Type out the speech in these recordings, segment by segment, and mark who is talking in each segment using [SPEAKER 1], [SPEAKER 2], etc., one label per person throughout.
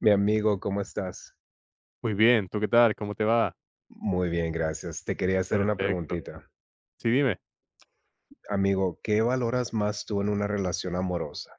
[SPEAKER 1] Mi amigo, ¿cómo estás?
[SPEAKER 2] Muy bien, ¿tú qué tal? ¿Cómo te va?
[SPEAKER 1] Muy bien, gracias. Te quería hacer una
[SPEAKER 2] Perfecto.
[SPEAKER 1] preguntita.
[SPEAKER 2] Sí, dime.
[SPEAKER 1] Amigo, ¿qué valoras más tú en una relación amorosa?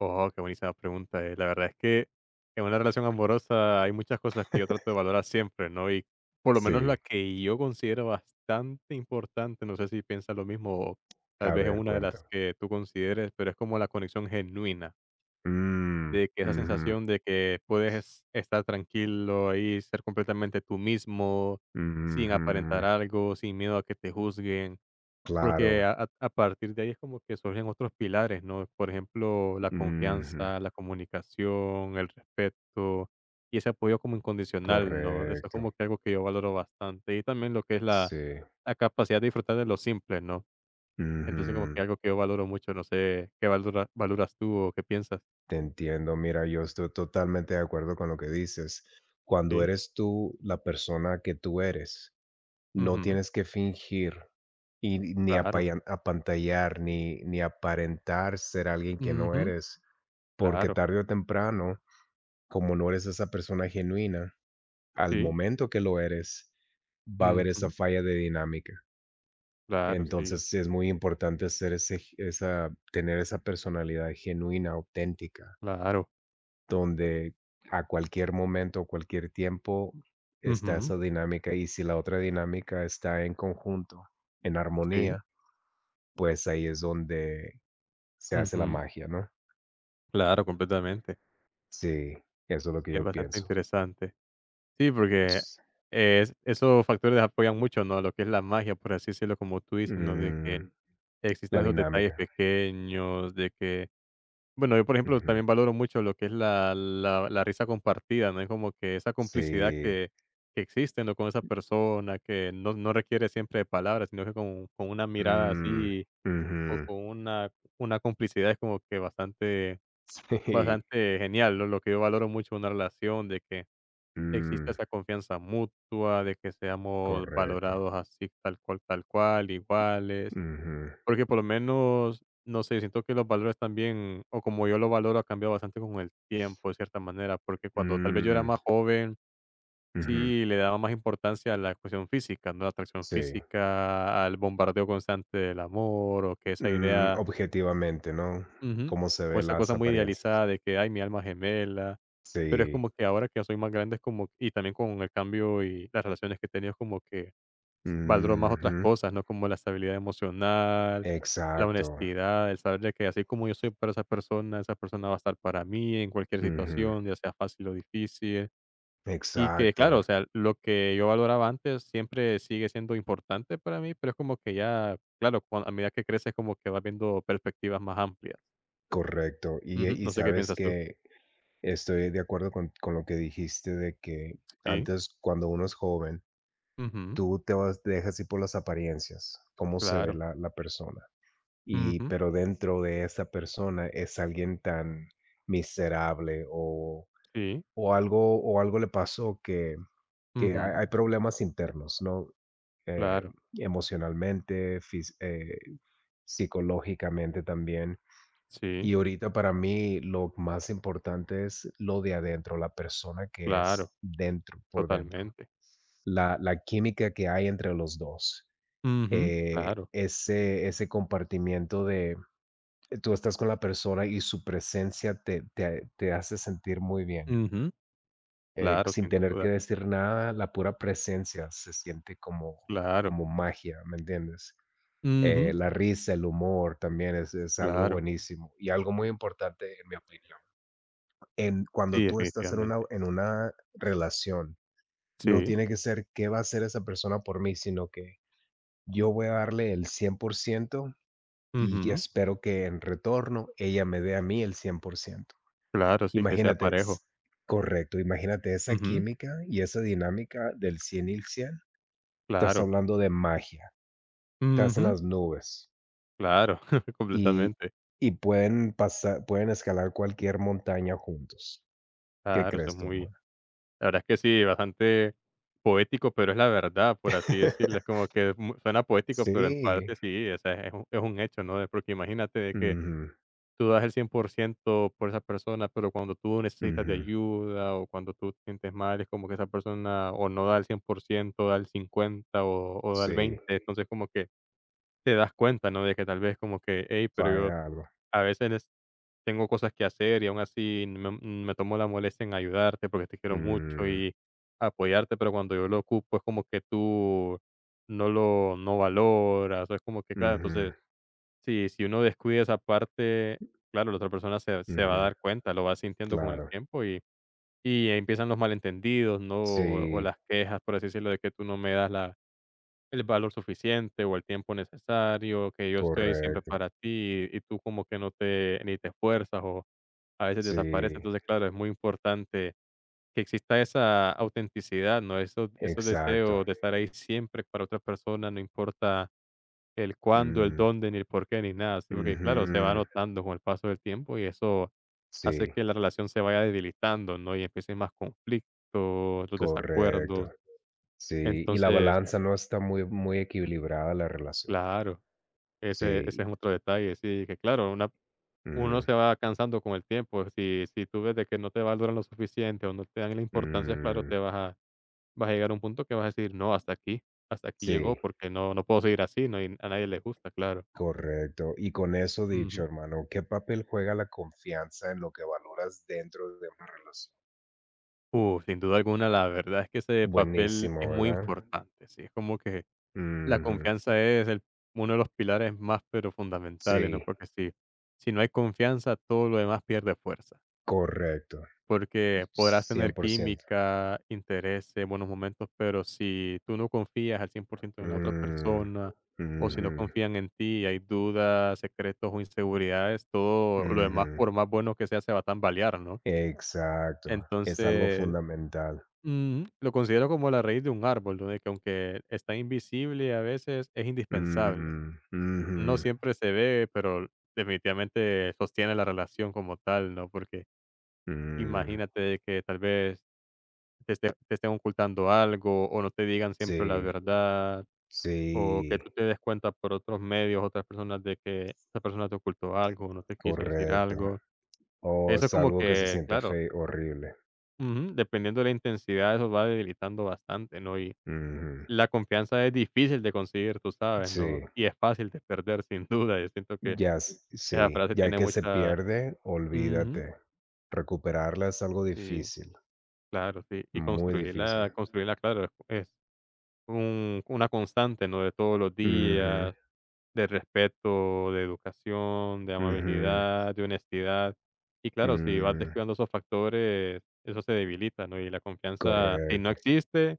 [SPEAKER 2] Oh, qué buenísima pregunta. La verdad es que en una relación amorosa hay muchas cosas que yo trato de valorar siempre, ¿no? Y por lo menos la
[SPEAKER 1] Sí,
[SPEAKER 2] que yo considero bastante importante, no sé si piensas lo mismo o tal
[SPEAKER 1] a
[SPEAKER 2] vez es
[SPEAKER 1] ver,
[SPEAKER 2] una de las
[SPEAKER 1] cuéntame.
[SPEAKER 2] que tú consideres, pero es como la conexión genuina,
[SPEAKER 1] Mm,
[SPEAKER 2] de que esa
[SPEAKER 1] ujú,
[SPEAKER 2] sensación de que puedes estar tranquilo ahí, ser completamente tú mismo, sin aparentar
[SPEAKER 1] ujú,
[SPEAKER 2] algo, sin miedo a que te juzguen. Porque
[SPEAKER 1] claro,
[SPEAKER 2] a partir de ahí es como que surgen otros pilares, ¿no? Por ejemplo, la
[SPEAKER 1] ujú,
[SPEAKER 2] confianza, la comunicación, el respeto y ese apoyo como incondicional, ¿no? Eso es
[SPEAKER 1] correcto,
[SPEAKER 2] como que algo que yo valoro bastante. Y también lo que es la
[SPEAKER 1] sí,
[SPEAKER 2] la capacidad de disfrutar de lo simple, ¿no? Entonces, como que
[SPEAKER 1] ujú,
[SPEAKER 2] algo que yo valoro mucho, no sé, ¿qué valoras tú o qué piensas?
[SPEAKER 1] te entiendo. Mira, yo estoy totalmente de acuerdo con lo que dices. Cuando
[SPEAKER 2] Sí.
[SPEAKER 1] eres tú la persona que tú eres, no
[SPEAKER 2] Ujú.
[SPEAKER 1] tienes que fingir y ni
[SPEAKER 2] Claro.
[SPEAKER 1] apayan apantallar, ni aparentar ser alguien que no
[SPEAKER 2] Ujú.
[SPEAKER 1] eres, porque
[SPEAKER 2] Claro.
[SPEAKER 1] tarde o temprano, como no eres esa persona genuina, al
[SPEAKER 2] Sí.
[SPEAKER 1] momento que lo eres, va a haber esa
[SPEAKER 2] Ujú.
[SPEAKER 1] falla de dinámica.
[SPEAKER 2] Claro, sí.
[SPEAKER 1] Entonces, sí es muy importante ser ese g esa tener esa personalidad genuina, auténtica,
[SPEAKER 2] Claro.
[SPEAKER 1] donde a cualquier momento, cualquier tiempo está
[SPEAKER 2] Ujú.
[SPEAKER 1] esa dinámica, y si la otra dinámica está en conjunto, en
[SPEAKER 2] Sí.
[SPEAKER 1] armonía, pues ahí es donde se hace la
[SPEAKER 2] Ujú.
[SPEAKER 1] magia, ¿no?
[SPEAKER 2] Claro, completamente.
[SPEAKER 1] Sí, eso es lo que
[SPEAKER 2] Es
[SPEAKER 1] yo
[SPEAKER 2] bastante
[SPEAKER 1] pienso.
[SPEAKER 2] interesante. Sí, porque
[SPEAKER 1] Ps-
[SPEAKER 2] es esos factores apoyan mucho, ¿no? Lo que es la magia, por así decirlo, como tú dices, ¿no? De que
[SPEAKER 1] Mm,
[SPEAKER 2] existen
[SPEAKER 1] la
[SPEAKER 2] esos detalles
[SPEAKER 1] dinámica.
[SPEAKER 2] pequeños, de que, bueno, yo, por ejemplo,
[SPEAKER 1] Ujú.
[SPEAKER 2] también valoro mucho lo que es la risa compartida, ¿no? Es como que esa complicidad
[SPEAKER 1] Sí.
[SPEAKER 2] que existe, ¿no? Con esa persona, que no, no requiere siempre de palabras, sino que con, una mirada
[SPEAKER 1] Mm,
[SPEAKER 2] así o
[SPEAKER 1] ujú.
[SPEAKER 2] con una complicidad es como que bastante,
[SPEAKER 1] Sí.
[SPEAKER 2] bastante genial, ¿no? Lo que yo valoro mucho en una relación, de que exista
[SPEAKER 1] Mm,
[SPEAKER 2] esa confianza mutua, de que seamos
[SPEAKER 1] correcto.
[SPEAKER 2] valorados así, tal cual, iguales.
[SPEAKER 1] Ujú.
[SPEAKER 2] Porque por lo menos, no sé, siento que los valores también, o como yo lo valoro, ha cambiado bastante con el tiempo, de cierta manera, porque cuando tal vez yo era
[SPEAKER 1] Mm,
[SPEAKER 2] más joven,
[SPEAKER 1] ujú.
[SPEAKER 2] sí le daba más importancia a la cuestión física, ¿no? La atracción
[SPEAKER 1] Sí.
[SPEAKER 2] física, al bombardeo constante del amor, o que esa
[SPEAKER 1] Mm,
[SPEAKER 2] idea.
[SPEAKER 1] objetivamente, ¿no?
[SPEAKER 2] Ujú.
[SPEAKER 1] Cómo se
[SPEAKER 2] O
[SPEAKER 1] ve
[SPEAKER 2] esa cosa
[SPEAKER 1] las
[SPEAKER 2] muy
[SPEAKER 1] apariencias.
[SPEAKER 2] idealizada de que: "Ay, mi alma gemela". Pero es
[SPEAKER 1] Sí.
[SPEAKER 2] como que ahora que ya soy más grande es como y también con el cambio y las relaciones que he tenido es como que valoro más otras
[SPEAKER 1] Ujú.
[SPEAKER 2] cosas, ¿no? Como la estabilidad emocional, la
[SPEAKER 1] Exacto.
[SPEAKER 2] honestidad, el saber de que así como yo soy para esa persona va a estar para mí en cualquier
[SPEAKER 1] Ujú.
[SPEAKER 2] situación, ya sea fácil o difícil. Y que,
[SPEAKER 1] Exacto.
[SPEAKER 2] claro, o sea, lo que yo valoraba antes siempre sigue siendo importante para mí, pero es como que ya, claro, cuan a medida que creces como que vas viendo perspectivas más amplias.
[SPEAKER 1] Correcto. Y,
[SPEAKER 2] Ujú,
[SPEAKER 1] y
[SPEAKER 2] no sé qué
[SPEAKER 1] sabes
[SPEAKER 2] piensas tú.
[SPEAKER 1] que estoy de acuerdo con lo que dijiste de que
[SPEAKER 2] Sí,
[SPEAKER 1] antes, cuando uno es joven,
[SPEAKER 2] ujú,
[SPEAKER 1] tú te vas te dejas ir por las apariencias, cómo se ve
[SPEAKER 2] claro,
[SPEAKER 1] la persona.
[SPEAKER 2] ujú,
[SPEAKER 1] Pero dentro de esa persona es alguien tan miserable o
[SPEAKER 2] sí,
[SPEAKER 1] o algo le pasó que que hay
[SPEAKER 2] ujú,
[SPEAKER 1] hay problemas internos, ¿no? Eh,
[SPEAKER 2] claro,
[SPEAKER 1] emocionalmente, fis psicológicamente también.
[SPEAKER 2] sí,
[SPEAKER 1] Y ahorita para mí lo más importante es lo de adentro, la persona que
[SPEAKER 2] claro,
[SPEAKER 1] es dentro, por dentro,
[SPEAKER 2] totalmente.
[SPEAKER 1] la química que hay entre los 2,
[SPEAKER 2] Ujú, claro,
[SPEAKER 1] ese compartimiento de tú estás con la persona y su presencia te hace sentir muy bien,
[SPEAKER 2] ujú, claro,
[SPEAKER 1] sin
[SPEAKER 2] sin
[SPEAKER 1] tener que
[SPEAKER 2] duda,
[SPEAKER 1] decir nada, la pura presencia se siente como
[SPEAKER 2] claro,
[SPEAKER 1] como magia, ¿me entiendes?
[SPEAKER 2] ujú,
[SPEAKER 1] La risa, el humor también es algo
[SPEAKER 2] claro,
[SPEAKER 1] buenísimo y algo muy importante en mi opinión, en cuando
[SPEAKER 2] sí,
[SPEAKER 1] tú estás en una
[SPEAKER 2] definitivamente.
[SPEAKER 1] en una relación, no
[SPEAKER 2] Sí,
[SPEAKER 1] tiene que ser qué va a hacer esa persona por mí, sino que yo voy a darle el 100% y que
[SPEAKER 2] ujú,
[SPEAKER 1] espero que en retorno ella me dé a mí el 100%.
[SPEAKER 2] claro, sí, que sea
[SPEAKER 1] Imagínate,
[SPEAKER 2] parejo.
[SPEAKER 1] correcto, imagínate esa
[SPEAKER 2] Ujú,
[SPEAKER 1] química y esa dinámica del 100 y el 100. Estás
[SPEAKER 2] claro,
[SPEAKER 1] hablando de magia, estás en
[SPEAKER 2] ujú,
[SPEAKER 1] las nubes
[SPEAKER 2] claro,
[SPEAKER 1] y,
[SPEAKER 2] completamente.
[SPEAKER 1] y pueden pasar, pueden escalar cualquier montaña juntos. ¿Qué
[SPEAKER 2] Claro, eso es
[SPEAKER 1] crees tú,
[SPEAKER 2] muy
[SPEAKER 1] hermano?
[SPEAKER 2] La verdad es que sí, bastante poético, pero es la verdad, por así decirlo. Es como que suena poético, pero en
[SPEAKER 1] Sí.
[SPEAKER 2] parte sí, o sea, es un hecho, ¿no? Porque imagínate de que
[SPEAKER 1] Ujú.
[SPEAKER 2] tú das el 100% por esa persona, pero cuando tú necesitas de
[SPEAKER 1] Ujú.
[SPEAKER 2] ayuda o cuando tú te sientes mal, es como que esa persona o no da el 100% da el 50% o, da el
[SPEAKER 1] Sí,
[SPEAKER 2] 20%. Entonces como que te das cuenta, ¿no? De que tal vez como que, hey, pero yo
[SPEAKER 1] falla algo.
[SPEAKER 2] a veces tengo cosas que hacer y aún así me tomo la molestia en ayudarte porque te quiero mucho
[SPEAKER 1] Mm,
[SPEAKER 2] y apoyarte, pero cuando yo lo ocupo es como que tú no valoras, o es como que, claro,
[SPEAKER 1] ujú,
[SPEAKER 2] entonces, sí, si uno descuida esa parte, claro, la otra persona se va a
[SPEAKER 1] ujú,
[SPEAKER 2] dar cuenta, lo va sintiendo con el
[SPEAKER 1] claro.
[SPEAKER 2] tiempo y empiezan los malentendidos, ¿no? O,
[SPEAKER 1] Sí,
[SPEAKER 2] las quejas, por así decirlo, de que tú no me das la el valor suficiente o el tiempo necesario, que yo estoy ahí siempre
[SPEAKER 1] correcto.
[SPEAKER 2] para ti y tú como que no te ni te esfuerzas o a veces desaparece.
[SPEAKER 1] Sí,
[SPEAKER 2] Entonces, claro, es muy importante que exista esa autenticidad, ¿no? Esos
[SPEAKER 1] exacto.
[SPEAKER 2] deseos de estar ahí siempre para otra persona, no importa el cuándo, el
[SPEAKER 1] Mm,
[SPEAKER 2] dónde, ni el por qué, ni nada, ¿sí? Porque claro, se va
[SPEAKER 1] ujú.
[SPEAKER 2] notando con el paso del tiempo y eso hace
[SPEAKER 1] Sí,
[SPEAKER 2] que la relación se vaya debilitando, ¿no? Y empiecen más conflictos, los desacuerdos.
[SPEAKER 1] correcto. Sí, y la
[SPEAKER 2] Entonces,
[SPEAKER 1] balanza no está muy equilibrada la relación.
[SPEAKER 2] claro. Ese
[SPEAKER 1] Sí,
[SPEAKER 2] es otro detalle, sí, que claro, una uno
[SPEAKER 1] ujú,
[SPEAKER 2] se va cansando con el tiempo, si tú ves de que no te valoran lo suficiente o no te dan la importancia, claro,
[SPEAKER 1] mm,
[SPEAKER 2] te vas a llegar a un punto que vas a decir: "No, hasta aquí llegó,
[SPEAKER 1] sí,
[SPEAKER 2] porque no puedo seguir así", no, y a nadie le gusta, claro.
[SPEAKER 1] correcto. Y con eso dicho,
[SPEAKER 2] Ujú.
[SPEAKER 1] hermano, ¿qué papel juega la confianza en lo que valoras dentro de una relación?
[SPEAKER 2] Sin duda alguna, la verdad es que ese papel es
[SPEAKER 1] Buenísimo,
[SPEAKER 2] muy
[SPEAKER 1] ¿verdad?
[SPEAKER 2] importante, sí, es como que la
[SPEAKER 1] Ujú.
[SPEAKER 2] confianza es el uno de los pilares más, pero fundamentales, ¿no?
[SPEAKER 1] Sí,
[SPEAKER 2] Porque si no hay confianza, todo lo demás pierde fuerza.
[SPEAKER 1] correcto,
[SPEAKER 2] Porque podrás tener
[SPEAKER 1] 100%.
[SPEAKER 2] química, intereses, buenos momentos, pero si tú no confías al 100% en la otra
[SPEAKER 1] Mm,
[SPEAKER 2] persona o si no
[SPEAKER 1] ujú,
[SPEAKER 2] confían en ti y hay dudas, secretos o inseguridades, todo lo demás,
[SPEAKER 1] ujú,
[SPEAKER 2] por más bueno que sea, se va a tambalear, ¿no?
[SPEAKER 1] exacto, es algo
[SPEAKER 2] Entonces,
[SPEAKER 1] fundamental.
[SPEAKER 2] lo considero como la raíz de un árbol, ¿no? De que aunque está invisible a veces, es indispensable.
[SPEAKER 1] Mm,
[SPEAKER 2] No
[SPEAKER 1] ujú,
[SPEAKER 2] siempre se ve, pero definitivamente sostiene la relación como tal, ¿no? Porque
[SPEAKER 1] mm,
[SPEAKER 2] imagínate de que tal vez te estén ocultando algo o no te digan siempre la
[SPEAKER 1] sí,
[SPEAKER 2] verdad o que
[SPEAKER 1] sí,
[SPEAKER 2] tú te des cuenta por otros medios, otras personas de que esa persona te ocultó algo o no te quiso decir
[SPEAKER 1] correcto.
[SPEAKER 2] algo.
[SPEAKER 1] O
[SPEAKER 2] Eso es
[SPEAKER 1] es
[SPEAKER 2] como
[SPEAKER 1] algo que se
[SPEAKER 2] que,
[SPEAKER 1] siente
[SPEAKER 2] claro,
[SPEAKER 1] feo, horrible.
[SPEAKER 2] ujú, dependiendo de la intensidad, eso va debilitando bastante, ¿no? Y
[SPEAKER 1] Ujú,
[SPEAKER 2] la confianza es difícil de conseguir, tú sabes,
[SPEAKER 1] sí,
[SPEAKER 2] ¿no? Y es fácil de perder, sin duda. Yo siento que
[SPEAKER 1] ya,
[SPEAKER 2] esa
[SPEAKER 1] sí,
[SPEAKER 2] frase
[SPEAKER 1] ya
[SPEAKER 2] tiene
[SPEAKER 1] que se
[SPEAKER 2] mucha...
[SPEAKER 1] pierde,
[SPEAKER 2] Ujú,
[SPEAKER 1] olvídate. Recuperarla es algo
[SPEAKER 2] sí,
[SPEAKER 1] difícil,
[SPEAKER 2] claro, sí. Y
[SPEAKER 1] muy
[SPEAKER 2] construirla,
[SPEAKER 1] difícil.
[SPEAKER 2] claro, es Un una constante, ¿no? De todos los
[SPEAKER 1] Ujú,
[SPEAKER 2] días, de respeto, de educación, de
[SPEAKER 1] ujú.
[SPEAKER 2] amabilidad, de honestidad. Y claro, si vas
[SPEAKER 1] Mm,
[SPEAKER 2] descuidando esos factores, eso se debilita, ¿no? Y la confianza, si no
[SPEAKER 1] correcto.
[SPEAKER 2] existe,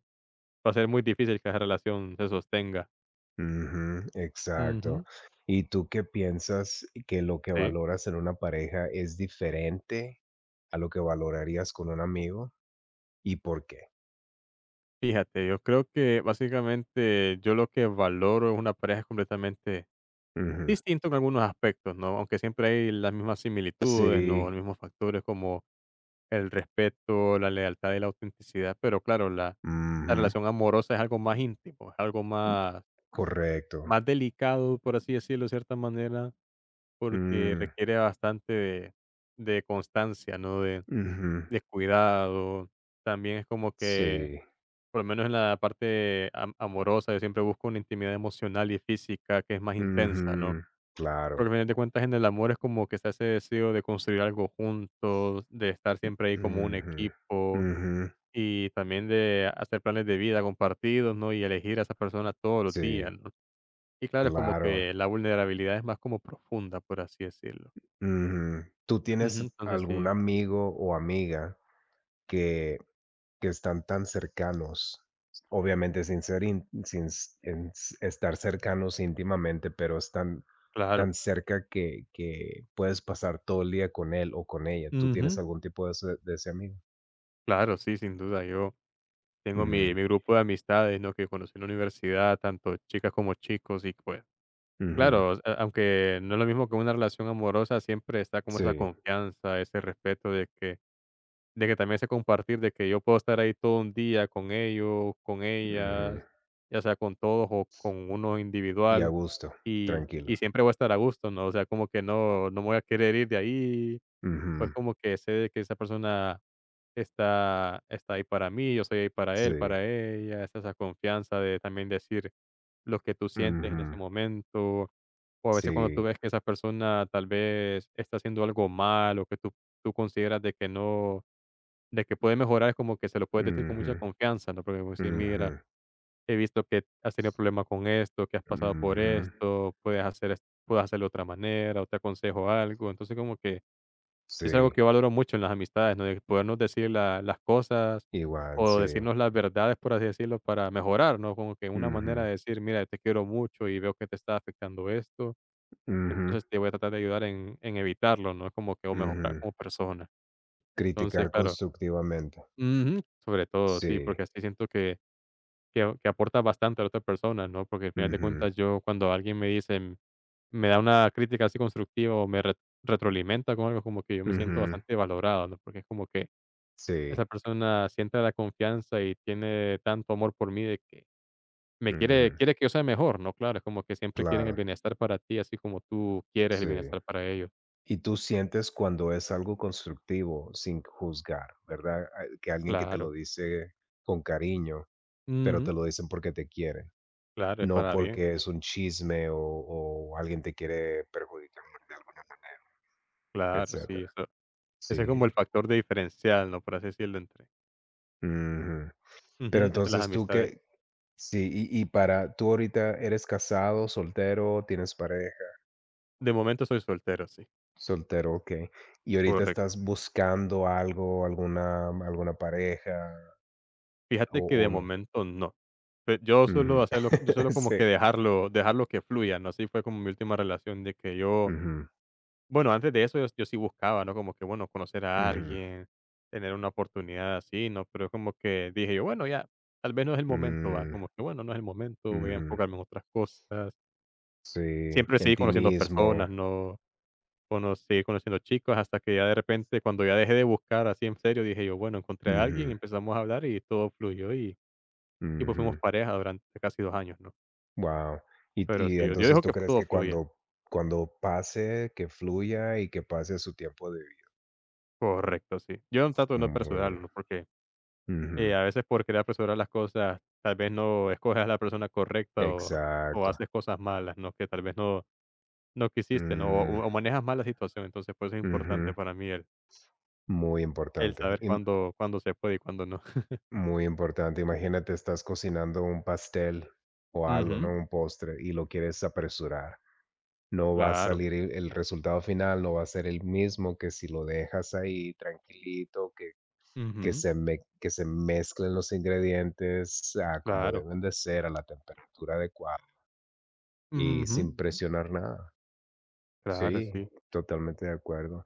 [SPEAKER 2] va a ser muy difícil que esa relación se sostenga.
[SPEAKER 1] Ujú, exacto.
[SPEAKER 2] Ujú.
[SPEAKER 1] ¿Y tú qué piensas que lo que
[SPEAKER 2] Sí,
[SPEAKER 1] valoras en una pareja es diferente a lo que valorarías con un amigo y por qué?
[SPEAKER 2] fíjate, yo creo que básicamente yo lo que valoro es una pareja completamente
[SPEAKER 1] Ujú.
[SPEAKER 2] distinta en algunos aspectos, ¿no? Aunque siempre hay las mismas similitudes, ¿no?
[SPEAKER 1] Sí,
[SPEAKER 2] Los mismos factores como el respeto, la lealtad y la autenticidad, pero claro, la
[SPEAKER 1] ujú,
[SPEAKER 2] relación amorosa es algo más íntimo, es algo más,
[SPEAKER 1] correcto.
[SPEAKER 2] más delicado, por así decirlo, de cierta manera, porque
[SPEAKER 1] Mm,
[SPEAKER 2] requiere bastante de, constancia, ¿no? De,
[SPEAKER 1] ujú,
[SPEAKER 2] cuidado. También es como que,
[SPEAKER 1] sí,
[SPEAKER 2] por lo menos en la parte amorosa, yo siempre busco una intimidad emocional y física que es más intensa, ¿no?
[SPEAKER 1] ujú,
[SPEAKER 2] Porque
[SPEAKER 1] claro.
[SPEAKER 2] al final de cuentas en el amor es como que está ese deseo de construir algo juntos, de estar siempre ahí como un
[SPEAKER 1] Ujú,
[SPEAKER 2] equipo,
[SPEAKER 1] ujú,
[SPEAKER 2] y también de hacer planes de vida compartidos, ¿no? Y elegir a esa persona todos los días,
[SPEAKER 1] sí,
[SPEAKER 2] ¿no? Y claro, es como
[SPEAKER 1] claro.
[SPEAKER 2] que la vulnerabilidad es más como profunda, por así decirlo.
[SPEAKER 1] Ujú. ¿Tú
[SPEAKER 2] Ujú,
[SPEAKER 1] tienes
[SPEAKER 2] entonces
[SPEAKER 1] algún
[SPEAKER 2] sí,
[SPEAKER 1] amigo o amiga que que están tan cercanos, obviamente sin ser in sin s en s estar cercanos íntimamente, pero están
[SPEAKER 2] claro.
[SPEAKER 1] tan cerca que puedes pasar todo el día con él o con ella? ¿Tú tienes
[SPEAKER 2] Ujú,
[SPEAKER 1] algún tipo de ese amigo?
[SPEAKER 2] claro, sí, sin duda. Yo tengo mi,
[SPEAKER 1] Ujú,
[SPEAKER 2] mi grupo de amistades, ¿no? Que conocí en la universidad, tanto chicas como chicos, y pues,
[SPEAKER 1] ujú,
[SPEAKER 2] claro, aunque no es lo mismo que una relación amorosa, siempre está como esa
[SPEAKER 1] sí,
[SPEAKER 2] confianza, ese respeto de que también sé compartir, de que yo puedo estar ahí todo un día con ellos, con
[SPEAKER 1] ujú,
[SPEAKER 2] ellas, ya sea con todos o con uno
[SPEAKER 1] y a
[SPEAKER 2] individual,
[SPEAKER 1] gusto,
[SPEAKER 2] y
[SPEAKER 1] tranquilo.
[SPEAKER 2] siempre voy a estar a gusto, ¿no? O sea, como que no me voy a querer ir de ahí, pues
[SPEAKER 1] Ujú,
[SPEAKER 2] como que sé de que esa persona está ahí para mí, yo soy ahí para él,
[SPEAKER 1] sí,
[SPEAKER 2] para ella, está esa confianza de también decir lo que tú sientes en ese
[SPEAKER 1] ujú,
[SPEAKER 2] momento, o a veces cuando tú
[SPEAKER 1] sí,
[SPEAKER 2] ves que esa persona tal vez está haciendo algo mal o que tú consideras de que no de que puede mejorar, es como que se lo puedes decir con mucha
[SPEAKER 1] ujú,
[SPEAKER 2] confianza, ¿no? Porque como si "Mira,
[SPEAKER 1] ujú,
[SPEAKER 2] he visto que has tenido problemas con esto, que has pasado por
[SPEAKER 1] ujú,
[SPEAKER 2] esto, puedes hacerlo de otra manera, o te aconsejo algo". Entonces como que es algo que
[SPEAKER 1] sí,
[SPEAKER 2] yo valoro mucho en las amistades, ¿no? De podernos decir la las cosas,
[SPEAKER 1] igual,
[SPEAKER 2] o
[SPEAKER 1] sí,
[SPEAKER 2] decirnos las verdades, por así decirlo, para mejorar, ¿no? Como que una manera
[SPEAKER 1] ujú,
[SPEAKER 2] de decir: "Mira, te quiero mucho y veo que te está afectando esto,
[SPEAKER 1] ujú,
[SPEAKER 2] entonces te voy a tratar de ayudar en evitarlo", ¿no? Como que o mejorar
[SPEAKER 1] ujú.
[SPEAKER 2] como persona. Entonces,
[SPEAKER 1] Criticar
[SPEAKER 2] claro.
[SPEAKER 1] constructivamente.
[SPEAKER 2] Ujú, sobre todo, sí,
[SPEAKER 1] Sí.
[SPEAKER 2] porque así siento que aportas bastante a la otra persona, ¿no? Porque al final de
[SPEAKER 1] Ujú,
[SPEAKER 2] cuentas yo cuando alguien me da una crítica así constructiva o me re retroalimenta con algo, como que yo me siento
[SPEAKER 1] ujú.
[SPEAKER 2] bastante valorado, ¿no? Porque es como que
[SPEAKER 1] Sí.
[SPEAKER 2] esa persona siente la confianza y tiene tanto amor por mí de que me quiere
[SPEAKER 1] Ujú.
[SPEAKER 2] quiere que yo sea mejor, ¿no? Claro, es como que siempre quieren el
[SPEAKER 1] Claro.
[SPEAKER 2] bienestar para ti, así como tú quieres el
[SPEAKER 1] Sí.
[SPEAKER 2] bienestar para ellos.
[SPEAKER 1] Y tú sientes cuando es algo constructivo sin juzgar, ¿verdad? Ah, que alguien que te lo
[SPEAKER 2] Claro.
[SPEAKER 1] dice con cariño, pero te
[SPEAKER 2] Ujú.
[SPEAKER 1] lo dicen porque te quieren,
[SPEAKER 2] Claro, es
[SPEAKER 1] no
[SPEAKER 2] para bien.
[SPEAKER 1] porque es un chisme o alguien te quiere perjudicar de alguna manera,
[SPEAKER 2] Claro, sí,
[SPEAKER 1] etcétera.
[SPEAKER 2] eso ese es como el
[SPEAKER 1] Sí.
[SPEAKER 2] factor de diferencial, ¿no? Por así decirlo, entre
[SPEAKER 1] Ujú. Pero
[SPEAKER 2] ujú, entre las
[SPEAKER 1] entonces tú
[SPEAKER 2] amistades.
[SPEAKER 1] que sí, y para tú ahorita eres casado, soltero, tienes pareja,
[SPEAKER 2] De momento soy soltero, sí,
[SPEAKER 1] soltero, okey. Y ahorita
[SPEAKER 2] correcto.
[SPEAKER 1] estás buscando algo, alguna pareja
[SPEAKER 2] Fíjate
[SPEAKER 1] o
[SPEAKER 2] que de
[SPEAKER 1] o no.
[SPEAKER 2] momento no. Pe yo suelo
[SPEAKER 1] Ujú.
[SPEAKER 2] hacerlo yo suelo como que
[SPEAKER 1] Sí.
[SPEAKER 2] dejarlo que fluya, ¿no? Así fue como mi última relación de que yo
[SPEAKER 1] Ujú,
[SPEAKER 2] Bueno, antes de eso yo sí buscaba, ¿no? Como que, bueno, conocer a
[SPEAKER 1] ujú.
[SPEAKER 2] alguien, tener una oportunidad así, ¿no? Pero como que dije yo, bueno, ya, tal vez no es el momento, va.
[SPEAKER 1] Mm,
[SPEAKER 2] Como que, bueno, no es el momento, voy a
[SPEAKER 1] ujú.
[SPEAKER 2] enfocarme en otras cosas.
[SPEAKER 1] Sí,
[SPEAKER 2] Siempre
[SPEAKER 1] en
[SPEAKER 2] seguí
[SPEAKER 1] ti
[SPEAKER 2] conociendo
[SPEAKER 1] mismo.
[SPEAKER 2] personas, ¿no? Seguí conociendo chicos, hasta que ya de repente, cuando ya dejé de buscar así en serio, dije yo, bueno, encontré a alguien,
[SPEAKER 1] Ujú,
[SPEAKER 2] empezamos a hablar y todo fluyó y pues fuimos
[SPEAKER 1] ujú.
[SPEAKER 2] pareja durante casi 2 años, ¿no?
[SPEAKER 1] Wow. Y
[SPEAKER 2] Pero
[SPEAKER 1] y
[SPEAKER 2] sí, yo
[SPEAKER 1] entonces,
[SPEAKER 2] dejo
[SPEAKER 1] ¿tú
[SPEAKER 2] que
[SPEAKER 1] crees
[SPEAKER 2] todo
[SPEAKER 1] que
[SPEAKER 2] fluya.
[SPEAKER 1] cuando pase, que fluya y que pase su tiempo?
[SPEAKER 2] Correcto, sí. Yo no trato de no
[SPEAKER 1] Mm, muy
[SPEAKER 2] apresurarlo,
[SPEAKER 1] bien.
[SPEAKER 2] ¿no? Porque
[SPEAKER 1] Ujú.
[SPEAKER 2] a veces por querer apresurar las cosas, tal vez no escoges a la persona correcta o,
[SPEAKER 1] Exacto.
[SPEAKER 2] haces cosas malas, ¿no? Que tal vez no, no quisiste, ¿no?
[SPEAKER 1] Mm,
[SPEAKER 2] O, manejas mal la situación. Entonces, por eso es importante
[SPEAKER 1] ujú.
[SPEAKER 2] para mí el,
[SPEAKER 1] Muy
[SPEAKER 2] el
[SPEAKER 1] importante,
[SPEAKER 2] saber
[SPEAKER 1] im
[SPEAKER 2] cuándo, cuándo se puede y cuándo no.
[SPEAKER 1] muy importante. Imagínate, estás cocinando un pastel o algo, ¿no?
[SPEAKER 2] Ujú,
[SPEAKER 1] Un postre y lo quieres apresurar. No va a
[SPEAKER 2] claro.
[SPEAKER 1] salir el resultado final, no va a ser el mismo que si lo dejas ahí tranquilito, que que
[SPEAKER 2] Ujú,
[SPEAKER 1] se me que se mezclen los ingredientes a como
[SPEAKER 2] claro.
[SPEAKER 1] deben de ser, a la temperatura adecuada y
[SPEAKER 2] Ujú,
[SPEAKER 1] sin presionar nada.
[SPEAKER 2] claro,
[SPEAKER 1] Sí,
[SPEAKER 2] sí.
[SPEAKER 1] totalmente de acuerdo.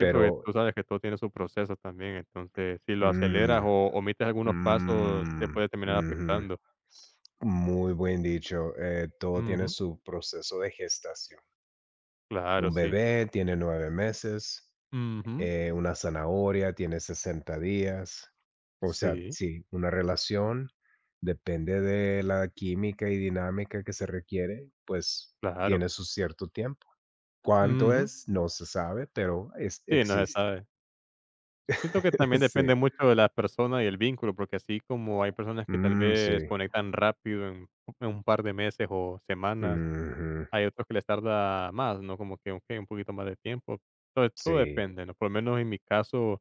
[SPEAKER 2] Sí, porque tú sabes que todo tiene su proceso también. Entonces, si lo aceleras
[SPEAKER 1] mm,
[SPEAKER 2] o omites algunos pasos, te
[SPEAKER 1] mm,
[SPEAKER 2] puede terminar
[SPEAKER 1] ujú.
[SPEAKER 2] afectando.
[SPEAKER 1] Muy buen dicho. Todo tiene
[SPEAKER 2] Ujú,
[SPEAKER 1] su proceso de gestación.
[SPEAKER 2] claro,
[SPEAKER 1] Un
[SPEAKER 2] sí.
[SPEAKER 1] bebé tiene 9 meses,
[SPEAKER 2] Ujú,
[SPEAKER 1] una zanahoria tiene 60 días. O sea,
[SPEAKER 2] sí,
[SPEAKER 1] sí, una relación depende de la química y dinámica que se requiere, pues
[SPEAKER 2] claro.
[SPEAKER 1] tiene su cierto tiempo. ¿Cuánto
[SPEAKER 2] Ujú.
[SPEAKER 1] es? No se sabe, pero es,
[SPEAKER 2] Sí, no se
[SPEAKER 1] existe.
[SPEAKER 2] sabe. Siento que también
[SPEAKER 1] Sí.
[SPEAKER 2] depende mucho de la persona y el vínculo, porque así como hay personas que tal
[SPEAKER 1] Mm,
[SPEAKER 2] vez
[SPEAKER 1] sí.
[SPEAKER 2] conectan rápido en, un par de meses o semanas,
[SPEAKER 1] Ujú,
[SPEAKER 2] hay otros que les tarda más, ¿no? Como que ok, un poquito más de tiempo. Entonces, todo
[SPEAKER 1] sí.
[SPEAKER 2] depende, ¿no? Por lo menos en mi caso,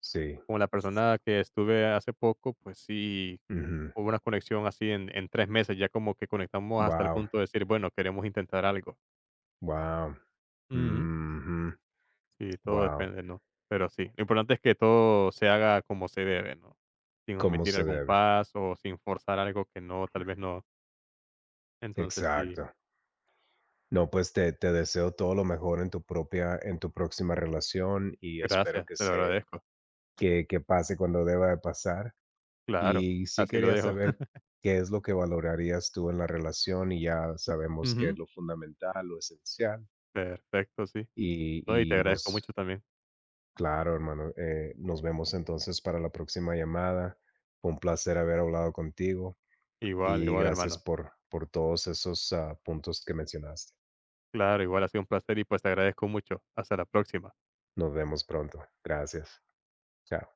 [SPEAKER 1] Sí,
[SPEAKER 2] con la persona que estuve hace poco, pues sí,
[SPEAKER 1] ujú.
[SPEAKER 2] hubo una conexión así en, 3 meses, ya como que conectamos hasta el
[SPEAKER 1] Wow,
[SPEAKER 2] punto de decir, bueno, queremos intentar algo.
[SPEAKER 1] wow,
[SPEAKER 2] Ujú.
[SPEAKER 1] ujú,
[SPEAKER 2] Sí, todo
[SPEAKER 1] guau.
[SPEAKER 2] depende, ¿no? Pero sí, lo importante es que todo se haga como se debe, ¿no? Sin
[SPEAKER 1] Como
[SPEAKER 2] omitir
[SPEAKER 1] se
[SPEAKER 2] algún
[SPEAKER 1] debe.
[SPEAKER 2] paso o sin forzar algo que no, tal vez no. Entonces sí,
[SPEAKER 1] Exacto. No, pues te deseo todo lo mejor en tu propia en tu próxima relación y espero
[SPEAKER 2] gracias,
[SPEAKER 1] que
[SPEAKER 2] te lo
[SPEAKER 1] se
[SPEAKER 2] agradezco.
[SPEAKER 1] que pase cuando deba de pasar.
[SPEAKER 2] Claro,
[SPEAKER 1] Y sí
[SPEAKER 2] así lo
[SPEAKER 1] quería
[SPEAKER 2] dejo.
[SPEAKER 1] saber qué es lo que valorarías tú en la relación, y ya sabemos qué
[SPEAKER 2] Ujú.
[SPEAKER 1] es lo fundamental, lo esencial,
[SPEAKER 2] Perfecto, sí.
[SPEAKER 1] y
[SPEAKER 2] No, y te
[SPEAKER 1] y nos
[SPEAKER 2] agradezco mucho también.
[SPEAKER 1] claro, hermano. Nos vemos entonces para la próxima llamada. Fue un placer haber hablado contigo
[SPEAKER 2] Igual,
[SPEAKER 1] y
[SPEAKER 2] igual,
[SPEAKER 1] gracias
[SPEAKER 2] hermano.
[SPEAKER 1] por todos esos puntos que mencionaste.
[SPEAKER 2] Claro, igual ha sido un placer y pues te agradezco mucho. Hasta la próxima.
[SPEAKER 1] Nos vemos pronto. Gracias. Chao.